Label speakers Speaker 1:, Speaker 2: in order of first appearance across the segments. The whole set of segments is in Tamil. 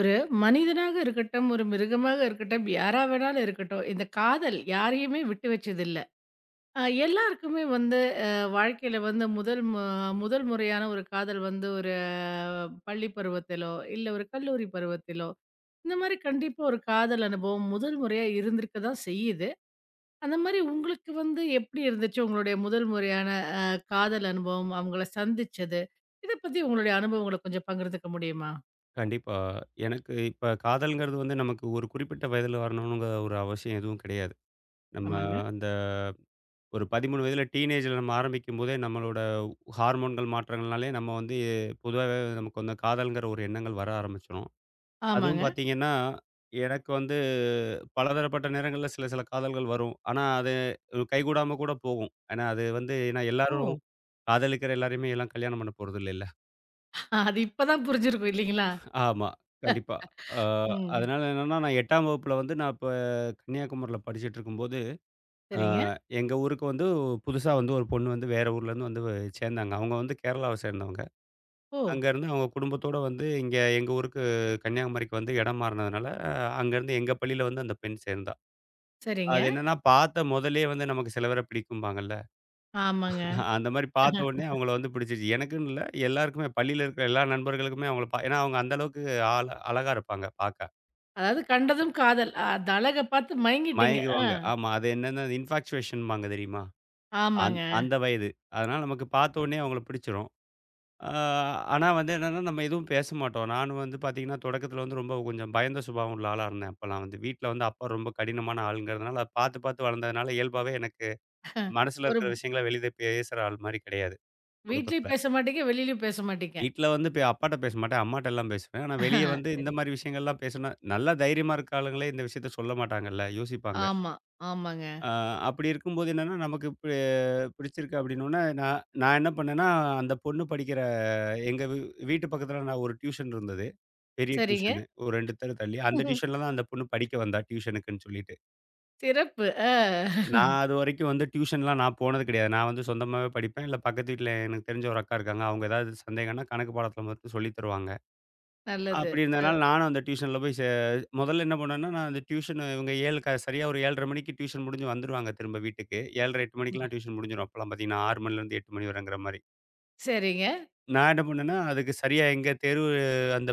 Speaker 1: ஒரு மனிதனாக இருக்கட்டும், ஒரு மிருகமாக இருக்கட்டும், யாரா வேணாலும் இருக்கட்டும். இந்த காதல் யாரையுமே விட்டு வச்சதில்ல. எல்லாருக்குமே வந்து அ வாழ்க்கையில வந்து முதல் முறையான ஒரு காதல் வந்து ஒரு பள்ளி பருவத்திலோ, இல்ல ஒரு கல்லூரி பருவத்திலோ, இந்த மாரி கண்டிப்பா ஒரு காதல் அனுபவம் முதல் முறையா இருந்திருக்க தான் செய்யுது. அந்த மாரி உங்களுக்கு வந்து எப்படி இருந்துச்சு? உங்களுடைய முதல் முறையான அ காதல் அனுபவம், அவங்கள சந்திச்சது. இத பத்தி உங்களுடைய அனுபவங்கள கொஞ்சம் பகிர்ந்துக்க முடியுமா?
Speaker 2: கண்டிப்பா. எனக்கு இப்ப காதல்ங்கிறது வந்து நமக்கு ஒரு குறிப்பிட்ட வயதில வரணுங்கிற ஒரு அவசியம் எதுவும் கிடையாது. நம்ம
Speaker 1: ஆமாங்க.
Speaker 2: அந்த ஒரு 13 வயதில டீனேஜ்ல நம்ம ஆரம்பிக்கும்போதே நம்மளோட ஹார்மோன்கள் மாற்றங்கள்னாலே நம்ம வந்து பொதுவாவே நமக்கு வந்து காதல்ங்கிற ஒரு எண்ணங்கள் வர ஆரம்பிச்சுரும். அதுவும்
Speaker 1: ஆமாங்க.
Speaker 2: பார்த்தீங்கன்னா, எனக்கு வந்து பலதரப்பட்ட நேரங்கள்ல சில சில காதல்கள் வரும். ஆனா அது கைகூடாம கூட போகும். ஏன்னா அது வந்து ஏன்னா எல்லாரும்
Speaker 1: ஓ!
Speaker 2: காதலிக்கிற எல்லாரையுமே எல்லாம் கல்யாணம் பண்ண போறதில்லைல்ல.
Speaker 1: ஆ, அது இப்ப தான் புரிஞ்சிருக்கும் இல்லைங்களா?
Speaker 2: ஆமா. கண்டிப்பா. ஆ
Speaker 1: ம்.
Speaker 2: அதனால என்னன்னா, நான் 8ஆம் வகுப்புல வந்து நான் இப்ப கன்னியாகுமரியில படிச்சுட்டுருக்கும்போது, ஆ
Speaker 1: சரிங்க.
Speaker 2: எங்க ஊருக்கு வந்து புதுசா வந்து ஒரு பொண்ணு வந்து வேற ஊர்லேருந்து வந்து சேர்ந்தாங்க. அவங்க வந்து கேரளாவ சேர்ந்தவங்க.
Speaker 1: ஓ!
Speaker 2: அங்கேருந்து அவங்க குடும்பத்தோட வந்து இங்க எங்க ஊருக்கு கன்னியாகுமரிக்கு வந்து இடம் மாறுனதுனால, அங்கேருந்து எங்க பள்ளியில வந்து அந்த பெண் சேர்ந்தா. அது
Speaker 1: சரிங்க.
Speaker 2: என்னன்னா, பார்த்த முதல்லயே வந்து நமக்கு சில பேர பிடிக்கும்பாங்கல்ல.
Speaker 1: ஆமாங்க.
Speaker 2: அந்த மாரி பார்த்த உடனே அவங்கள வந்து பிடிச்சிருச்சு. எனக்குன்னு இல்ல, எல்லாருக்குமே பள்ளியில இருக்கிற எல்லா நண்பர்களுக்குமே அவங்கள ஏன்னா அவங்க அந்த அளவுக்கு ஆள அழகா இருப்பாங்க, பார்க்க.
Speaker 1: அதாவது கண்டதும் காதல். அந்த அழக பார்த்து மயங்கிட்டீங்க. ஆ,
Speaker 2: மயங்குவாங்க. ஆமா. அது என்னன்னா இன்ஃபாக்சுவேஷன்பாங்க தெரியுமா? அந்
Speaker 1: ஆமாங்க.
Speaker 2: அந்த வயது. அதனால நமக்கு பார்த்தோனே அவங்கள பிடிச்சிரும். ஆ ஆனா வந்து என்னன்னா, நம்ம எதுவும் பேச மாட்டோம். நானும் வந்து பார்த்தீங்கன்னா, தொடக்கத்தில வந்து ரொம்ப கொஞ்சம் பயந்த சுபாவம் உள்ள ஆளா இருந்தேன். அப்பலாம் வந்து வீட்ல வந்து அப்பா ரொம்ப கடினமான ஆளுங்கிறதுனால, அத பார்த்து பார்த்து வளர்ந்ததுனால இயல்பாவே எனக்கு மனசுல
Speaker 1: ஒரு
Speaker 2: இருக்கிற விஷயங்கள வெளியில பேசுற ஆள் மாரி கிடையாது,
Speaker 1: வீட்லயும்
Speaker 2: தொடக்கத்தில.
Speaker 1: பேச மாட்டீங்க, வெளிலயும் பேச மாட்டீங்க.
Speaker 2: வீட்ல வந்து அப்பாட்ட பேச மாட்டேன். அம்மாட்ட எல்லாம் பேசுவேன். ஆனா வெளிய வந்து இந்த
Speaker 1: சரி.
Speaker 2: மாரி விஷயங்கள்லாம் பேசுனா, நல்லா தைரியமா இருக்க ஆளுங்களே இந்த விஷயத்த சொல்ல மாட்டாங்கல்ல, யோசிப்பாங்க.
Speaker 1: ஆமா, ஆமாங்க.
Speaker 2: ஆ அப்படி இருக்கும்போது என்னன்னா, நமக்கு இப்ப பிடிச்சிருக்கு அப்படின்னோடனே, நான் நான் என்ன பண்ணேன்னா, அந்த பொண்ணு படிக்கிற எங்க வீட்டு பக்கத்தில நான் ஒரு டியூஷன் இருந்தது. பெரிய
Speaker 1: சரிங்க.
Speaker 2: டியூஷனு. ஒரு 2 தெரு தள்ளி. அந்த டியூஷன்ல தான் அந்த பொண்ணு படிக்க வந்தா, டியூஷனுக்குன்னு சொல்லிட்டு.
Speaker 1: சிறப்பு. ஆ,
Speaker 2: நான் அதுவரைக்கும் வந்து டியூஷன்லாம் நான் போனது கிடையாது. நான் வந்து சொந்தமாவே படிப்பேன். இல்ல பக்கத்து வீட்ல எனக்கு தெரிஞ்ச ஒரு அக்கா இருக்காங்க. அவங்க ஏதாவது சந்தேகம்ன்னா கணக்கு பாடத்தில மட்டும் சொல்லி தருவாங்க.
Speaker 1: நல்லது.
Speaker 2: அப்படி
Speaker 1: அ
Speaker 2: இருந்ததுனால நானும் அந்த டியூஷன்ல போய் முதல்ல என்ன பண்ணேன்னா, நான் அந்த டியூஷன் இவங்க 7 க சரியா ஒரு 7:30 மணிக்கு டியூஷன் முடிஞ்சு வந்துருவாங்க திரும்ப வீட்டுக்கு. 7:30, 8 மணிக்கெல்லாம் டியூஷன் முடிஞ்சிரும். அப்பலாம் பார்த்தீங்கன்னா, 6 மணிலேருந்து 8 மணி வரங்கிற மாரி.
Speaker 1: சரிங்க.
Speaker 2: நான் என்ன பண்ணேன்னா, அதுக்கு சரியா எங்க தெரு அந்த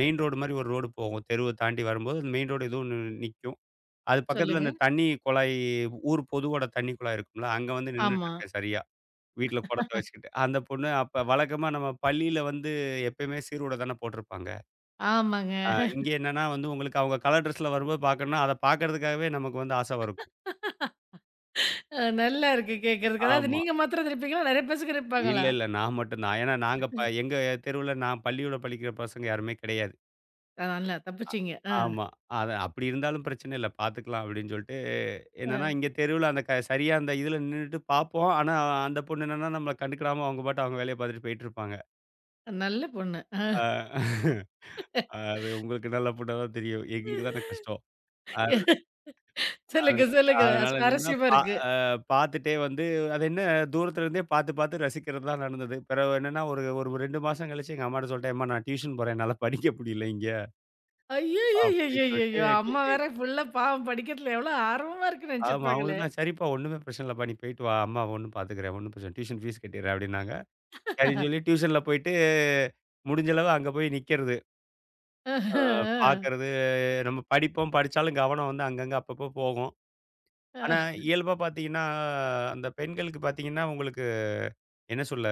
Speaker 2: மெயின் ரோடு மாரி ஒரு ரோடு போகும். தெருவ தாண்டி வரும்போது அந்த மெயின் ரோடு ஏதோ ஒண்ணு நிக்கும். அது பக்கத்துல
Speaker 1: சொல்லுங்க.
Speaker 2: அந்த தண்ணி குழாய் ஊர் பொதுவோட தண்ணி குழாய் இருக்கும்ல, அங்க வந்து
Speaker 1: ஆமா,
Speaker 2: நின்னுட்டுருக்கேன் சரியா. வீட்ல குடத்த வச்சுக்கிட்டு. அந்த பொண்ணு அப்ப வழக்கமா நம்ம பள்ளியில வந்து எப்பயுமே சீருட தானே போட்டிருப்பாங்க.
Speaker 1: ஆமாங்க.
Speaker 2: இங்க என்னன்னா வந்து உங்களுக்கு அவங்க கலர் ட்ரெஸ்ல வரும்போது பார்க்கணும்னா, அத பார்க்கறதுக்காகவே நமக்கு வந்து ஆசை இருக்கும்.
Speaker 1: நல்லா இருக்கு கேட்கறதுக்கு. அதாவது
Speaker 2: ஆமா.
Speaker 1: நீங்க மாத்திரம் தான் இருப்பீங்களா? நெறைய பேருக்கு
Speaker 2: இல்ல,
Speaker 1: இருப்பாங்களா?
Speaker 2: இல்ல. நான் மட்டும் தான். ஏன்னா நாங்க எங்க தெருவுல நான் பள்ளியோட படிக்கிற பசங்க யாருமே கிடையாது.
Speaker 1: நல்லா தப்பிச்சீங்க. ஆ,
Speaker 2: ஆமா. அது அப்படி இருந்தாலும் பிரச்சனை இல்ல. பாத்துக்கலாம் அப்படின்னு சொல்லிட்டு, என்னன்னா
Speaker 1: ஆ.
Speaker 2: இங்க தெருவுல அந்த சரியா அந்த இதுல நின்னுட்டு பாப்போம். ஆனா அந்த பொண்ணு என்னன்னா நம்மள கண்டுக்கிடாம அவங்க பாட்டு அவங்க வேலைய பாத்துட்டு போயிட்டுருப்பாங்க.
Speaker 1: நல்ல பொண்ணு.
Speaker 2: அ அது உங்களுக்கு நல்ல பொண்ணா தான் தெரியும். எங்களுக்கு தானே கஷ்டம். அது அது
Speaker 1: சொல்லுங்க, சொல்லுங்க.
Speaker 2: அதனால என்னன்னா
Speaker 1: சுவாரஸ்யமா
Speaker 2: பா
Speaker 1: இருக்கு.
Speaker 2: அ பாத்துட்டே வந்து அது என்ன தூரத்துல இருந்தே பாத்து பாத்து ரசிக்கிறது தான் நடந்தது. பிறகு என்னன்னா ஒரு ஒரு 2 மாசம் கழிச்சு எங்க அம்மாட்ட சொல்லிட்டேன், "எம்மா நான் டியூஷன் போறேன். என்னால படிக்க முடியல இங்க." அப்படின்னு
Speaker 1: ஐய்யய்யய்யய்யய்யோ! அம்மா
Speaker 2: சொல்லிட்டு.
Speaker 1: வேற புள்ள பாவம் படிக்கிறதுல எவ்வளோ ஆர்வமா இருக்குன்னு
Speaker 2: ஆமா. அவங்க
Speaker 1: நெனச்சிருப்பாங்களே!
Speaker 2: தான், "சரிப்பா ஒண்ணுமே பிரச்சனை இல்லப்பா. நீ போயிட்டு வா. அம்மாவ ஒண்ணும் பாத்துக்கிறேன். ஒண்ணும் பிரச்சனை இல்ல. டியூஷன் ஃபீஸ் கட்டிடுறேன்" அப்டின்னாங்க. சரின்னு சொல்லி டியூஷன்ல போயிட்டு முடிஞ்ச அளவு அங்க போய் நிக்கிறது. பாக்குறது. நம்ம படிப்போம். படிச்சாலும் கவனம் வந்து அங்கங்க அப்பப்போ போகும். ஆனா இயல்பா பாத்தீங்கன்னா, அந்த பெண்களுக்கு பாத்தீங்கன்னா, உங்களுக்கு என்ன சொல்ல?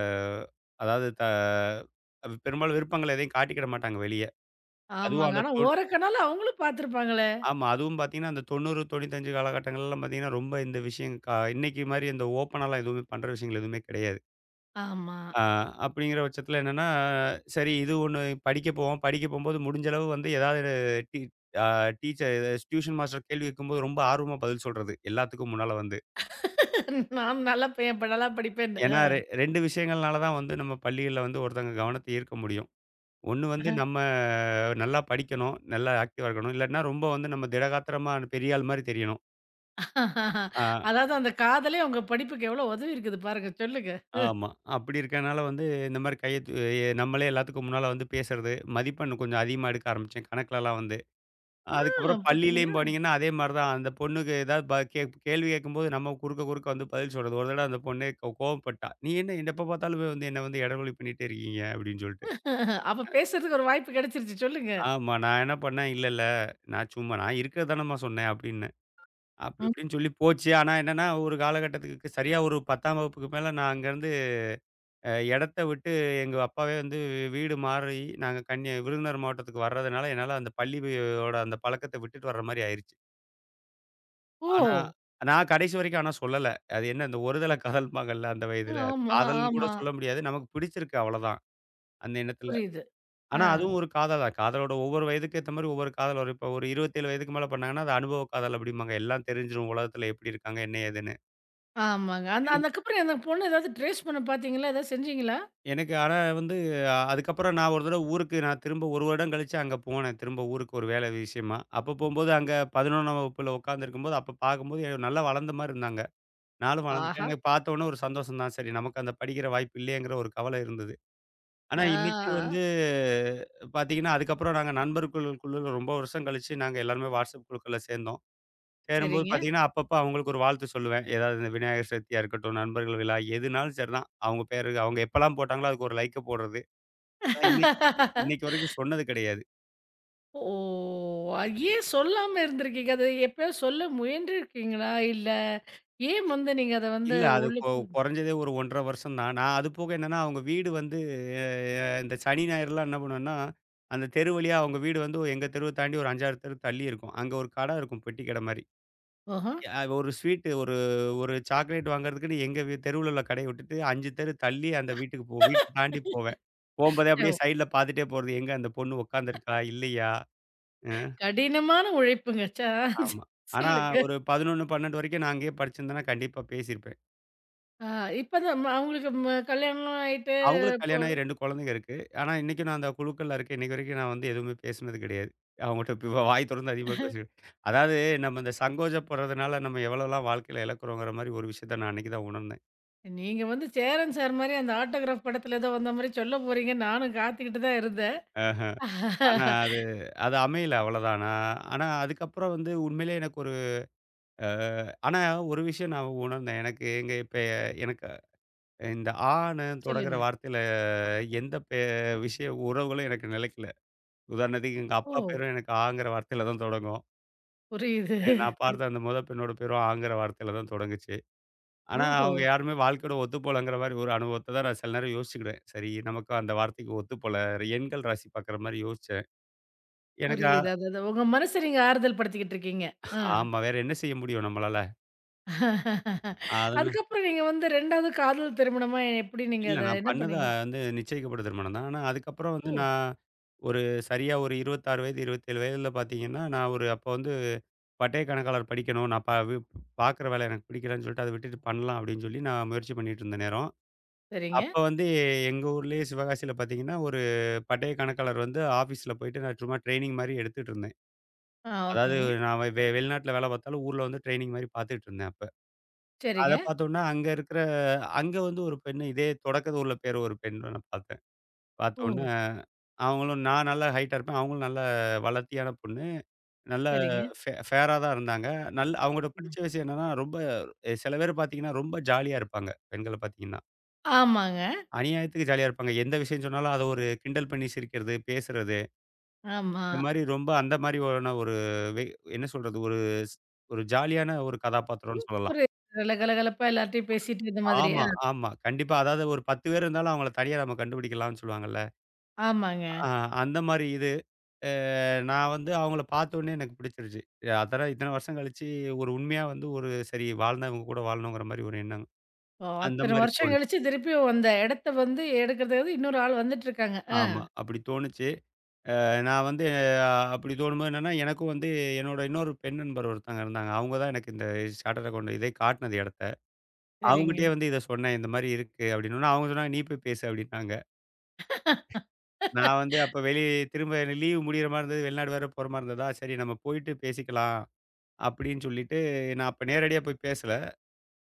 Speaker 2: அதாவது அது பெரும்பாலும் விருப்பங்கள் எதையும் காட்டிக்கிட மாட்டாங்க வெளிய. அதுவும்
Speaker 1: ஆமாங்க.
Speaker 2: அந்த
Speaker 1: ஆனா ஓரக்கண்ணால அவுங்களும் பார்த்துருப்பாங்களே!
Speaker 2: ஆமா. அதுவும் பாத்தீங்கன்னா, அந்த 90, 95 காலகட்டங்கள்லாம் பாத்தீங்கன்னா, ரொம்ப இந்த விஷயம் இன்னைக்கு மாரி இந்த ஓப்பனாலாம் எதுவுமே பண்ற விஷயங்கள் எதுவுமே கிடையாது.
Speaker 1: ஆமா.
Speaker 2: ஆ அப்படிங்கிற பட்சத்தில என்னன்னா, சரி இது ஒண்ணு படிக்க போவோம். படிக்க போம்போது முடிஞ்ச அளவு வந்து ஏதாவது டீ அ டீச்சர் டியூஷன் மாஸ்டர் கேள்வி கேட்கும்போது ரொம்ப ஆர்வமா பதில் சொல்றது. எல்லாத்துக்கும் முன்னால வந்து.
Speaker 1: நான் நல்லா பையன் ப நல்லா படிப்பேன்னு.
Speaker 2: ஏன்னா, 2 விஷயங்கள்னால தான் வந்து நம்ம பள்ளிகள்ல வந்து ஒருத்தங்க கவனத்த ஈர்க்க முடியும். ஒண்ணு வந்து நம்ம நல்லா படிக்கணும். நல்லா ஆக்டிவா இருக்கணும். இல்லாட்டினா ரொம்ப வந்து நம்ம திடகாத்திரமா பெரிய ஆள் மாரி தெரியணும். ஆ
Speaker 1: அதாவது அந்த காதலே உங்க படிப்புக்கு எவ்வளோ உதவி இருக்குது பாருங்க. சொல்லுங்க.
Speaker 2: ஆமா. அப்படி இருக்கனால வந்து இந்த மாரி கைய தூ நம்மளே எல்லாத்துக்கும் முன்னால வந்து பேசுறது. மதிப்பெண் கொஞ்சம் அதிகமா எடுக்க ஆரம்பிச்சேன். கணக்குலலாம் வந்து.
Speaker 1: ஆ,
Speaker 2: அதுக்கப்புறம் பள்ளியிலயும்
Speaker 1: பார்த்தீங்களா?
Speaker 2: போனீங்கன்னா, அதே மாரி தான். அந்த பொண்ணுக்கு ஏதாவது ப கே கேள்வி கேட்கும்போது நம்ம குறுக்க குறுக்க வந்து பதில் சொல்றது. ஒரு தடவ அந்த பொண்ணே கோவப்பட்டா. "நீ என்ன எப்ப பார்த்தாலும் போய் வந்து என்ன வந்து இடஒலி பண்ணிட்டே இருக்கீங்க" அப்படின்னு சொல்லிட்டு.
Speaker 1: அப்ப பேசுறதுக்கு ஒரு வாய்ப்பு கெடச்சிருச்சு. சொல்லுங்க.
Speaker 2: ஆமா. நான் என்ன பண்ணேன், "இல்ல, இல்ல. நான் சும்மா நான் இருக்கிறது தானம்மா சொன்னேன்" அப்படின்னேன். அப்படி
Speaker 1: ம்.
Speaker 2: இப்படின்னு சொல்லி போச்சு. ஆனா என்னன்னா, ஒரு காலகட்டத்துக்கு சரியா ஒரு 10ஆம் வகுப்புக்கு மேல நான் அங்கேருந்து இடத்த விட்டு எங்க அப்பாவே வந்து வீடு மாறி நாங்க விருதுநகர் மாவட்டத்துக்கு வர்றதுனால, என்னால அந்த பள்ளியோட அந்த பழக்கத்த விட்டுட்டு வர்ற மாரி ஆயிருச்சு. ஆனா,
Speaker 1: ஓ!
Speaker 2: நான் கடைசி வரைக்கும் ஆனா சொல்லல. அது என்ன இந்த ஒருதல காதல்பாங்கள்ல அந்த வயதுல. அது
Speaker 1: ஆமா,
Speaker 2: காதல்ன்னு கூட
Speaker 1: ஆமா.
Speaker 2: சொல்ல முடியாது. நமக்கு பிடிச்சிருக்கு அவ்வளதான். அந்த எண்ணத்துல.
Speaker 1: புரியுது. ஆ.
Speaker 2: ஆனா அதுவும் ஒரு காதல் தான். காதலோட ஒவ்வொரு வயதுக்கு ஏத்த மாரி ஒவ்வொரு காதல் வரும். இப்ப ஒரு 27 வயதுக்கு மேல பண்ணாங்கன்னா, அது அனுபவ காதல் அப்படிம்பாங்க. எல்லாம் தெரிஞ்சிரும் உலகத்துல எப்படி இருக்காங்க, என்ன ஏதுன்னு.
Speaker 1: ஆமாங்க.
Speaker 2: இன்னும்
Speaker 1: அதுக்கப்புறம் அந்த பொண்ணு ஏதாவது ட்ரேஸ் பண்ண பார்த்தீங்களா? ஏதாவது செஞ்சீங்களா?
Speaker 2: எனக்கு ஆனா வந்து அதுக்கப்புறம் நான் ஒரு தடவ ஊருக்கு நான் திரும்ப 1 வருடம் கழிச்சு அங்க போனேன். திரும்ப ஊருக்கு ஒரு வேலை விஷயமா. அப்ப போம்போது அங்க 11ஆம் வகுப்புல உட்கார்ந்திருக்கும்போது, அப்ப பார்க்கும்போது நல்லா வளர்ந்த மாரி இருந்தாங்க. நானும் வளர்ந்துட்டேன்.
Speaker 1: ஆஹா!
Speaker 2: எனக்கு பார்த்தோனே ஒரு சந்தோஷம் தான். சரி நமக்கு அந்த படிக்கிற வாய்ப்பு இல்லையேங்கிற ஒரு கவலை இருந்தது. ஆனா இன்னைக்கு
Speaker 1: ஆ.
Speaker 2: வந்து பார்த்தீங்கன்னா, அதுக்கப்புறம் நாங்க நண்பர்களுக்குள்ள ரொம்ப வருஷம் கழிச்சு நாங்க எல்லாருமே WhatsApp குழுக்கள்ல சேர்ந்தோம். சேரும்போது
Speaker 1: சரிங்க.
Speaker 2: பார்த்தீங்கன்னா, அப்பப்ப அவங்களுக்கு ஒரு வாழ்த்து சொல்லுவேன். ஏதாவது இந்த விநாயகர் சதுர்த்தியா இருக்கட்டும், நண்பர்கள் விழா எதுனாலும் சரிதான். அவங்க பேரு அவங்க எப்பலாம் போட்டாங்களோ அதுக்கு ஒரு லைக்க போடுறது. ஆனா இன்னைக்கு இன்னைக்கு வரைக்கும் சொன்னது கிடையாது.
Speaker 1: ஓ! அது ஏன் சொல்லாம இருந்திருக்கீங்க? அத எப்பயாவது சொல்ல முயன்றிருக்கீங்களா? இல்ல ஏன் வந்து நீங்க அத வந்து
Speaker 2: இல்ல. அது
Speaker 1: உள்ளுக்கு
Speaker 2: கொறஞ்சதே ஒரு 1½ வருஷம் தான். நான் அது போக என்னன்னா, அவங்க வீடு வந்து இந்த சனி, ஞாயிறுலாம் என்ன பண்ணுவேன்னா, அந்த தெரு வழியா அவங்க வீடு வந்து எங்க தெருவ தாண்டி ஒரு 5, 6 தெரு தள்ளி இருக்கும். அங்க ஒரு கடை இருக்கும் பெட்டி கடை மாரி.
Speaker 1: ஆஹா.
Speaker 2: ஒரு ஸ்வீட்டு ஒரு ஒரு சாக்லேட் வாங்குறதுக்குன்னு எங்க தெருவுல உள்ள கடைய விட்டுட்டு 5 தெரு தள்ளி அந்த வீட்டுக்கு வீட்ட தாண்டி போவேன். போம்போதே அப்படியே
Speaker 1: ஓ!
Speaker 2: சைடுல பாத்துட்டே போறது. எங்க அந்த பொண்ணு உக்காந்துருக்கா? இல்லையா? அ
Speaker 1: கடினமான உழைப்புங்க.
Speaker 2: ஆமா. ஆனா
Speaker 1: சொல்லுங்க.
Speaker 2: ஒரு 11, 12 வரைக்கும் நான் அங்கேயே படிச்சிருந்தேன்னா, கண்டிப்பா பேசியிருப்பேன்.
Speaker 1: ஆ, இப்ப தான் அவங்களுக்கு கல்யாணம்லாம் ஆயிட்டு
Speaker 2: அவங்களுக்கு
Speaker 1: இப்போ
Speaker 2: கல்யாணம் ஆகி 2 குழந்தைங்க இருக்கு. ஆனா, இன்னைக்கும் நான் அந்த குழுக்கள்ல இருக்கேன். இன்னைக்கு வரைக்கும் நான் வந்து எதுவுமே பேசினது கிடையாது. அவங்கட்ட இப்ப வாய் தொறந்து அதிகமா பேச அதாவது நம்ம இந்த சங்கோஜப்படுறதுனால நம்ம எவ்வளோலாம் வாழ்க்கையில இழக்கிறோங்கிற மாரி ஒரு விஷயத்த நான் அன்னைக்கு தான் உணர்ந்தேன்.
Speaker 1: நீங்க வந்து சேரன் சார் மாரி அந்த ஆட்டோகிராஃப் படத்துல ஏதோ வந்த மாரி சொல்ல போறீங்கன்னு நானும் காத்துக்கிட்டு தான் இருந்தேன்.
Speaker 2: அ ஆனா, அது அது அமையல அவ்வளோதான். நான் ஆனா, அதுக்கப்புறம் வந்து உண்மையிலேயே எனக்கு ஒரு அ ஆனா ஒரு விஷயம் நான் உணர்ந்தேன். எனக்கு எங்க இப்ப எனக்கு இந்த ஆன்னு தொடங்குற
Speaker 1: சொல்லுங்க.
Speaker 2: வார்த்தையில எந்த பெ விஷய உறவுகளும் எனக்கு நிலைக்கல. உதாரணத்துக்கு எங்க
Speaker 1: ஓ!
Speaker 2: அப்பா பேரும் எனக்கு ஆங்கிற வார்த்தையில தான் தொடங்கும்.
Speaker 1: புரியுது.
Speaker 2: நான் பார்த்த அந்த மொத பெண்ணோட பேரும் ஆங்கிற வார்த்தையில தான் தொடங்குச்சு. ஆனா,
Speaker 1: ஓஹோ!
Speaker 2: அவங்க யாருமே வாழ்க்கையோட ஒத்துப்போலங்கிற மாரி ஒரு அனுபவத்த தான் நான் சில நேரம் யோசிச்சுக்கிடுவேன். சரி நமக்கு அந்த வார்த்தைக்கு ஒத்துப்போல. எண்கள் ராசி பார்க்குற மாரி யோசிச்சேன். எனக்கு
Speaker 1: புரியுது. அதாவது உங்க மனச நீங்க ஆறுதல் படுத்திக்கிட்டு இருக்கீங்க. ஆ.
Speaker 2: ஆமா வேற என்ன செய்ய முடியும் நம்மளால? அதனா
Speaker 1: அதுக்கப்புறம் நீங்க வந்து 2வது காதல் திருமணமா எப்படி நீங்க
Speaker 2: இல்ல
Speaker 1: அத
Speaker 2: நான்
Speaker 1: என்ன
Speaker 2: பண்ணது
Speaker 1: பண்ணீங்க?
Speaker 2: வந்து நிச்சயிக்கப்பட்ட திருமணம் தான். ஆனா, அதுக்கப்புறம் வந்து
Speaker 1: ஓ!
Speaker 2: நான் ஒரு சரியா ஒரு 26 வயது, 27 வயதில பார்த்தீங்கன்னா, நான் ஒரு அப்போ வந்து பட்டய கணக்காளர் படிக்கணும். நான் ப வி பார்க்குற வேலை எனக்கு பிடிக்கலன்னு சொல்லிட்டு அத விட்டுட்டு பண்ணலாம் அப்படின்னு சொல்லி நான் முயற்சி பண்ணிட்டு இருந்த நேரம்.
Speaker 1: சரிங்க.
Speaker 2: அப்ப வந்து எங்க ஊர்லயே சிவகாசியில பார்த்தீங்கன்னா, ஒரு பட்டய கணக்காளர் வந்து ஆஃபீஸ்ல போயிட்டு நான் சும்மா ட்ரெய்னிங் மாரி எடுத்துட்டு இருந்தேன்.
Speaker 1: ஆ,
Speaker 2: அதாவது
Speaker 1: ஓகேங்க.
Speaker 2: நான் வெ வெ வெளிநாட்டுல வேலை பார்த்தாலும், ஊர்ல வந்து ட்ரெய்னிங் மாரி பார்த்துட்டு இருந்தேன் அப்ப. அத
Speaker 1: சரிங்க.
Speaker 2: பார்த்தோன்னா, அங்க இருக்கிற அங்க வந்து ஒரு பெண்ணு இதே தொடக்கத்து ஊர்ல பேர் ஒரு பெண்ண நான் பார்த்தேன்.
Speaker 1: ஓ!
Speaker 2: பார்த்தோன்னே அவங்களும் நான் நல்லா ஹைட்டா இருப்பேன். அவங்களும் நல்ல வளர்த்தியான பொண்ணு. நல்ல
Speaker 1: சரிங்க.
Speaker 2: ஃபேரா தான் இருந்தாங்க. அவங்களோட
Speaker 1: ம்.
Speaker 2: பிடிச்ச விஷயம் என்னன்னா, ரொம்ப சில பேர் பார்த்தீங்கன்னா, ரொம்ப ஜாலியா இருப்பாங்க. பெண்கள பார்த்தீங்கன்னா.
Speaker 1: ஆமாங்க.
Speaker 2: அநியாயத்துக்கு ஜாலியா இருப்பாங்க. எந்த விஷயம் சொன்னாலும் அத ஒரு கிண்டல் பண்ணி சிரிக்கிறது, பேசுறது.
Speaker 1: ஆமா.
Speaker 2: இந்த மாரி ரொம்ப அந்த மாரியான ஒரு வே என்ன சொல்றது? ஒரு ஸ் ஒரு ஜாலியான ஒரு கதாபாத்திரம்னு சொல்லலாம்.
Speaker 1: ஒரு நல்ல கலகலப்பா எல்லார்ட்டயும் பேசிட்டு இந்த மாதிரி.
Speaker 2: ஆமா, ஆமா. கண்டிப்பா. அதாவது ஒரு 10 பேர் இருந்தாலும் அவங்கள தனியா நம்ம கண்டுபிடிக்கலாம்னு சொல்லுவாங்கல்ல.
Speaker 1: ஆமாங்க.
Speaker 2: ஆ அந்த மாரி இது. நான் வந்து அவங்கள பார்த்தோனே எனக்கு பிடிச்சிருச்சு. அதெல்லாம் இத்தன வருஷம் கழிச்சு ஒரு உண்மையா வந்து ஒரு சரி வாழ்ந்தா இவங்க கூட வாழணுங்கிற மாரி ஒரு எண்ணம்.
Speaker 1: ஓ!
Speaker 2: அந்த
Speaker 1: அத்தன
Speaker 2: மாரி
Speaker 1: வருஷம்
Speaker 2: தோணுச்சு.
Speaker 1: கழிச்சு திருப்பியும் அந்த இடத்த வந்து எடுக்கிறதுக்கு வந்து இன்னொரு ஆள் வந்துட்டு இருக்காங்க. ஆ,
Speaker 2: ஆமா. அப்படி தோணுச்சு. நான் வந்து அ அப்படி தோணும்போது என்னன்னா, எனக்கும் வந்து என்னோட இன்னொரு பெண் நண்பர் ஒருத்தங்க இருந்தாங்க. அவங்க தான் எனக்கு இந்த சார்ட்டர்ட் அக்கவுண்ட் இதே காட்டுனது இடத்த.
Speaker 1: சரிங்க.
Speaker 2: அவங்கட்டயே வந்து இத சொன்னேன். இந்த மாரி இருக்கு அப்படின்னோனே, அவங்க சொன்னாங்க, "நீ போய் பேசு" அப்படின்னாங்க. நான் வந்து அப்ப திரும்ப லீவ் முடியிற மாரி இருந்தது. வெளிநாடு வேற போற மாரி இருந்ததா, சரி நம்ம போயிட்டு பேசிக்கலாம் அப்படின்னு சொல்லிட்டு, நான் அப்ப நேரடியா போய் பேசல.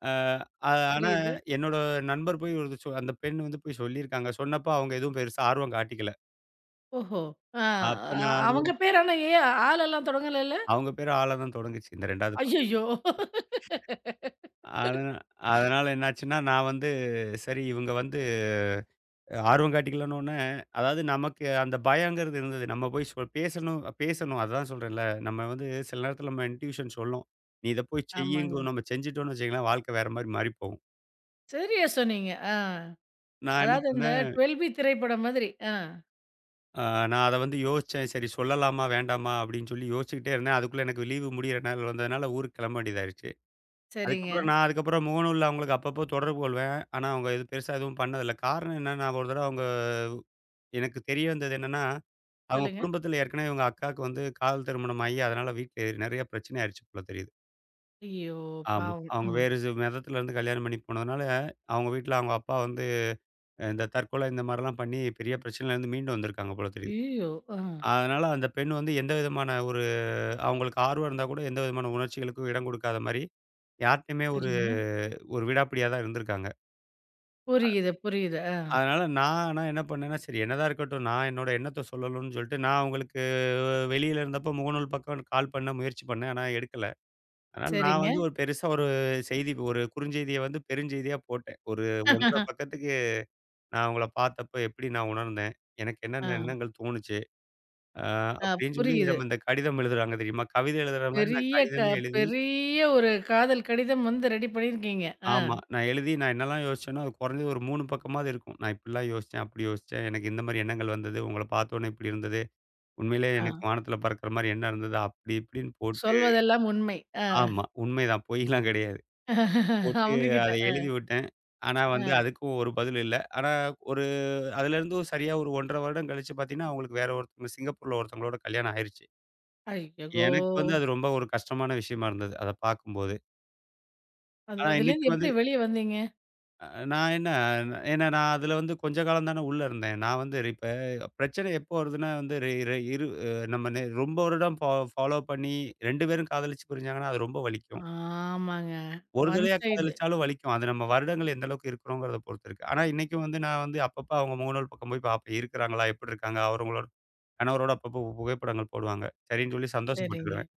Speaker 2: அஹ், அ ஆனா
Speaker 1: புரியுது.
Speaker 2: என்னோட நண்பர் போய் ஒரு சொ அந்த பெண் வந்து போய் சொல்லியிருக்காங்க. சொன்னப்போ அவங்க எதுவும் பெருசா ஆர்வம் காட்டிக்கல.
Speaker 1: ஓஹோ! ஆ,
Speaker 2: அப்ப நான் அது
Speaker 1: அவங்க
Speaker 2: வந்து
Speaker 1: பேர் ஆனா ஆளெல்லாம் தொடங்கல.
Speaker 2: அவங்க பேரு ஆள தான் தொடங்குச்சு. இந்த 2வது
Speaker 1: ஐயய்யோ!
Speaker 2: அதனா அதனால என்னாச்சுன்னா, நான் வந்து சரி இவங்க வந்து ஆர்வம் காட்டிக்கலன்னோனே, அதாவது நமக்கு அந்த பயங்கிறது இருந்தது. நம்ம போய் பேசணும் பேசணும். அதான் சொல்றேன்ல. நம்ம வந்து சில நேரத்தில நம்ம இன்ட்யூஷன் சொல்லும். "நீ இத போய்
Speaker 1: ஆமாங்க.
Speaker 2: செய்யுங்கும்." நம்ம செஞ்சுட்டோம்னு வச்சுக்கங்களேன், வாழ்க்கை வேற மாரி மாறி போகும்.
Speaker 1: சரியா சொன்னீங்க. ஆ.
Speaker 2: நான் என்ன
Speaker 1: அதாவது இந்த
Speaker 2: பண்ணேன்,
Speaker 1: 12 பி திரைப்படம் மாதிரி. ஆ.
Speaker 2: அ நான் அத வந்து யோசிச்சேன். சரி சொல்லலாமா? வேண்டாமா? அப்படின்னு சொல்லி யோசிச்சுக்கிட்டே இருந்தேன். அதுக்குள்ள எனக்கு லீவு முடியிற நாள் வந்ததுனால ஊருக்கு கிளம்ப வேண்டியதாயிருச்சு.
Speaker 1: சரிங்க.
Speaker 2: அதுக்கப்புறம் நான் அதுக்கப்புறம் முகநூல்ல அவங்களுக்கு அப்பப்போ தொடர்பு கொள்வேன். ஆனா அவங்க எதுவும் பெருசா எதுவும் பண்ணதில்ல. காரணம் என்னன்னா, நான் ஒரு தடவ அவங்க எனக்கு தெரிய வந்தது என்னன்னா, அவங்க
Speaker 1: சொல்லுங்க.
Speaker 2: குடும்பத்தில ஏற்கனவே இவங்க அக்காவுக்கு வந்து காதல் திருமணம் ஆகி, அதனால வீட்ல நெறைய பிரச்சனை ஆயிருச்சு போல தெரியுது.
Speaker 1: ஐயோ!
Speaker 2: ஆமா.
Speaker 1: பாவம்.
Speaker 2: அவங்க
Speaker 1: ம்.
Speaker 2: வேறு மதத்திலருந்து கல்யாணம் பண்ணி போனதுனால, அவங்க வீட்ல அவங்க அப்பா வந்து இந்த தற்கொலை இந்த மாரிலாம் பண்ணி பெரிய பிரச்சனையிலருந்து மீண்டு வந்திருக்காங்க போல தெரியுது.
Speaker 1: ஐயய்யோ! ஆ.
Speaker 2: அதனால அந்த பெண் வந்து எந்த விதமான ஒரு அவங்களுக்கு ஆர்வம் இருந்தா கூட எந்த விதமான உணர்ச்சிகளுக்கும் இடம் கொடுக்காத மாரி, யார்ட்டயுமே ஒரு
Speaker 1: சரிங்க.
Speaker 2: ஒரு விடாப்பிடியா தான் இருந்திருக்காங்க.
Speaker 1: புரியுது, புரியுது. ஆ.
Speaker 2: அதனால நான் ஆனா என்ன பண்ணேன்னா, சரி என்னதான் இருக்கட்டும். நான் என்னோட எண்ணத்த சொல்லணும்னு சொல்லிட்டு, நான் அவங்களுக்கு வெளியில இருந்தப்போ முகநூல் பக்கம் கால் பண்ண முயற்சி பண்ணேன். ஆனா எடுக்கல. அதனால நான்
Speaker 1: சரிங்க.
Speaker 2: வந்து ஒரு பெருசா ஒரு செய்தி ஒரு குறுஞ்செய்திய வந்து பெருஞ்செய்தியா போட்டேன். ஒரு 1½ பக்கத்துக்கு நான் அவங்கள பார்த்தப்போ எப்படி நான் உணர்ந்தேன்? எனக்கு
Speaker 1: ஆ.
Speaker 2: என்னென்ன எண்ணங்கள் தோணுச்சு? அ
Speaker 1: ஆ,
Speaker 2: அப்படின்னு சொல்லி
Speaker 1: புரியுது.
Speaker 2: நம்ம இந்த கடிதம் எழுதுறாங்க தெரியுமா? கவிதை எழுதுற மாரி நான்
Speaker 1: பெரிய க
Speaker 2: கடிதமே எழுதி
Speaker 1: பெரிய ஒரு காதல் கடிதம் வந்து ரெடி பண்ணியிருக்கீங்க. ஆ.
Speaker 2: ஆமா. நான் எழுதி நான் என்னலாம் யோசிச்சேனோ, அது குறைஞ்சது ஒரு 3 பக்கமாவது இருக்கும். நான் இப்படிலாம் யோசிச்சேன், அப்படி யோசிச்சேன். எனக்கு இந்த மாரி எண்ணங்கள் வந்தது. உங்கள பார்த்தோனே இப்படி இருந்தது. உண்மையிலே
Speaker 1: ஆ.
Speaker 2: எனக்கு வானத்தில பறக்கிற மாரி எண்ணம் இருந்தது. அப்படி இப்படின்னு போட்டு
Speaker 1: சொல்வதெல்லாம் உண்மை. ஆ.
Speaker 2: ஆமா. உண்மைதான். பொய்லாம் கிடையாது. போட்டு அத
Speaker 1: அவங்ககிட்ட.
Speaker 2: எழுதி விட்டேன். ஆனா வந்து
Speaker 1: அ.
Speaker 2: அதுக்கும் ஒரு பதில் இல்ல. ஆனா ஒரு அதுலேருந்து சரியா ஒரு 1½ வருடம் கழிச்சு பார்த்தீங்கன்னா, அவங்களுக்கு வேற ஒருத்தவங்க சிங்கப்பூர்ல ஒருத்தவங்களோட கல்யாணம் ஆயிருச்சு.
Speaker 1: ஐயகோ!
Speaker 2: எனக்கு வந்து அது ரொம்ப ஒரு கஷ்டமான விஷயமா இருந்தது. அத பார்க்கும்போது. ஆனா இன்னைக்கு
Speaker 1: அதுலேருந்து
Speaker 2: வந்து
Speaker 1: எப்படி வெளிய வந்தீங்க?
Speaker 2: அ நான் என்ன ஏன்னா நான் அதில வந்து கொஞ்ச காலம் தானே உள்ள இருந்தேன். நான் வந்து இப்ப பிரச்சனை எப்போ வருதுன்னா வந்து ரெ ரெ இரு நம்ம ரொம்ப வருடம் ஃபாலோ பண்ணி 2 பேரும் காதலிச்சு பிரிஞ்சாங்கன்னா, அது ரொம்ப வலிக்கும்.
Speaker 1: ஆமாங்க.
Speaker 2: ஒரு
Speaker 1: ஒன்
Speaker 2: தடவையா
Speaker 1: சைடு.
Speaker 2: காதலிச்சாலும் வலிக்கும். அது நம்ம வருடங்கள் எந்த அளவுக்கு இருக்கிறோங்கிறத பொறுத்து இருக்கு. ஆனா இன்னைக்கும் வந்து நான் வந்து அப்பப்ப அவங்க முகநூல் பக்கம் போய் பார்ப்பேன். இருக்கிறாங்களா? எப்படி இருக்காங்க? அவங்களோட கணவரோட அப்பப்போ புகைப்படங்கள் போடுவாங்க. சரின்னு சொல்லி
Speaker 1: சரிங்க.
Speaker 2: சந்தோஷப்பட்டுக்கிடுவேன்.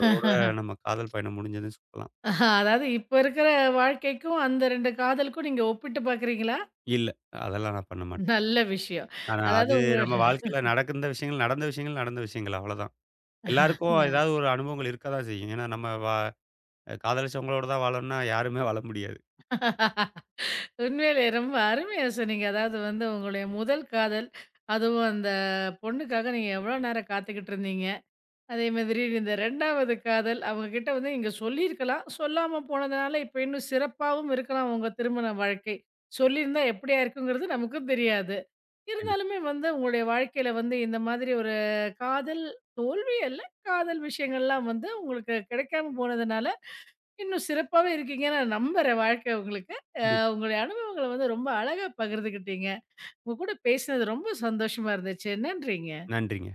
Speaker 2: அதோட நம்ம காதல் பயணம் முடிஞ்சதுன்னு சொல்லலாம்.
Speaker 1: அதாவது இப்ப இருக்கிற வாழ்க்கைக்கும், அந்த 2 காதலுக்கும் நீங்க ஒப்பிட்டு பார்க்குறீங்களா?
Speaker 2: இல்ல அதெல்லாம் நான் பண்ண மாட்டேன்.
Speaker 1: நல்ல விஷயம்.
Speaker 2: ஆனா
Speaker 1: அதாவது
Speaker 2: அது நம்ம வாழ்க்கையில நடக்கின்ற விஷயங்கள், நடந்த விஷயங்கள், நடந்த விஷயங்கள் அவ்வளோதான். எல்லாருக்கும் ஏதாவது ஒரு அனுபவங்கள் இருக்க தான் செய்யும். ஏன்னா நம்ம காதலிச்சவங்களோட தான் வாழணும்னா யாருமே வாழ முடியாது.
Speaker 1: உண்மையிலே ரொம்ப அருமையா சொன்னீங்க. அதாவது வந்து உங்களுடைய முதல் காதல், அதுவும் அந்த பொண்ணுக்காக நீங்க எவ்வளோ நேரம் காத்துக்கிட்டு இருந்தீங்க. அதே மாதிரி இந்த 2வது காதல், அவங்க கிட்ட வந்து நீங்க சொல்லியிருக்கலாம். சொல்லாம போனதுனால இப்ப இன்னும் சிறப்பாவும் இருக்கலாம் உங்க திருமண வாழ்க்கை. சொல்லியிருந்தா எப்படியா இருக்குங்கிறது நமக்கும் தெரியாது.
Speaker 2: கண்டிப்பா,
Speaker 1: இருந்தாலுமே வந்து உங்களுடைய வாழ்க்கையில வந்து இந்த மாதிரி ஒரு காதல் தோல்வி அல்ல, காதல் விஷயங்கள்லாம் வந்து உங்களுக்கு கிடைக்காம போனதுனால, இன்னும் சிறப்பாவே இருக்கீங்கன்னு நான் நம்புறேன் வாழ்க்கை உங்களுக்கு. அ
Speaker 2: கண்டிப்பா.
Speaker 1: உங்களுடைய அனுபவங்கள வந்து ரொம்ப அழகா பகிர்ந்துக்கிட்டீங்க. உங்க கூட பேசினது ரொம்ப சந்தோஷமா இருந்துச்சு. நன்றிங்க.
Speaker 2: நன்றிங்க.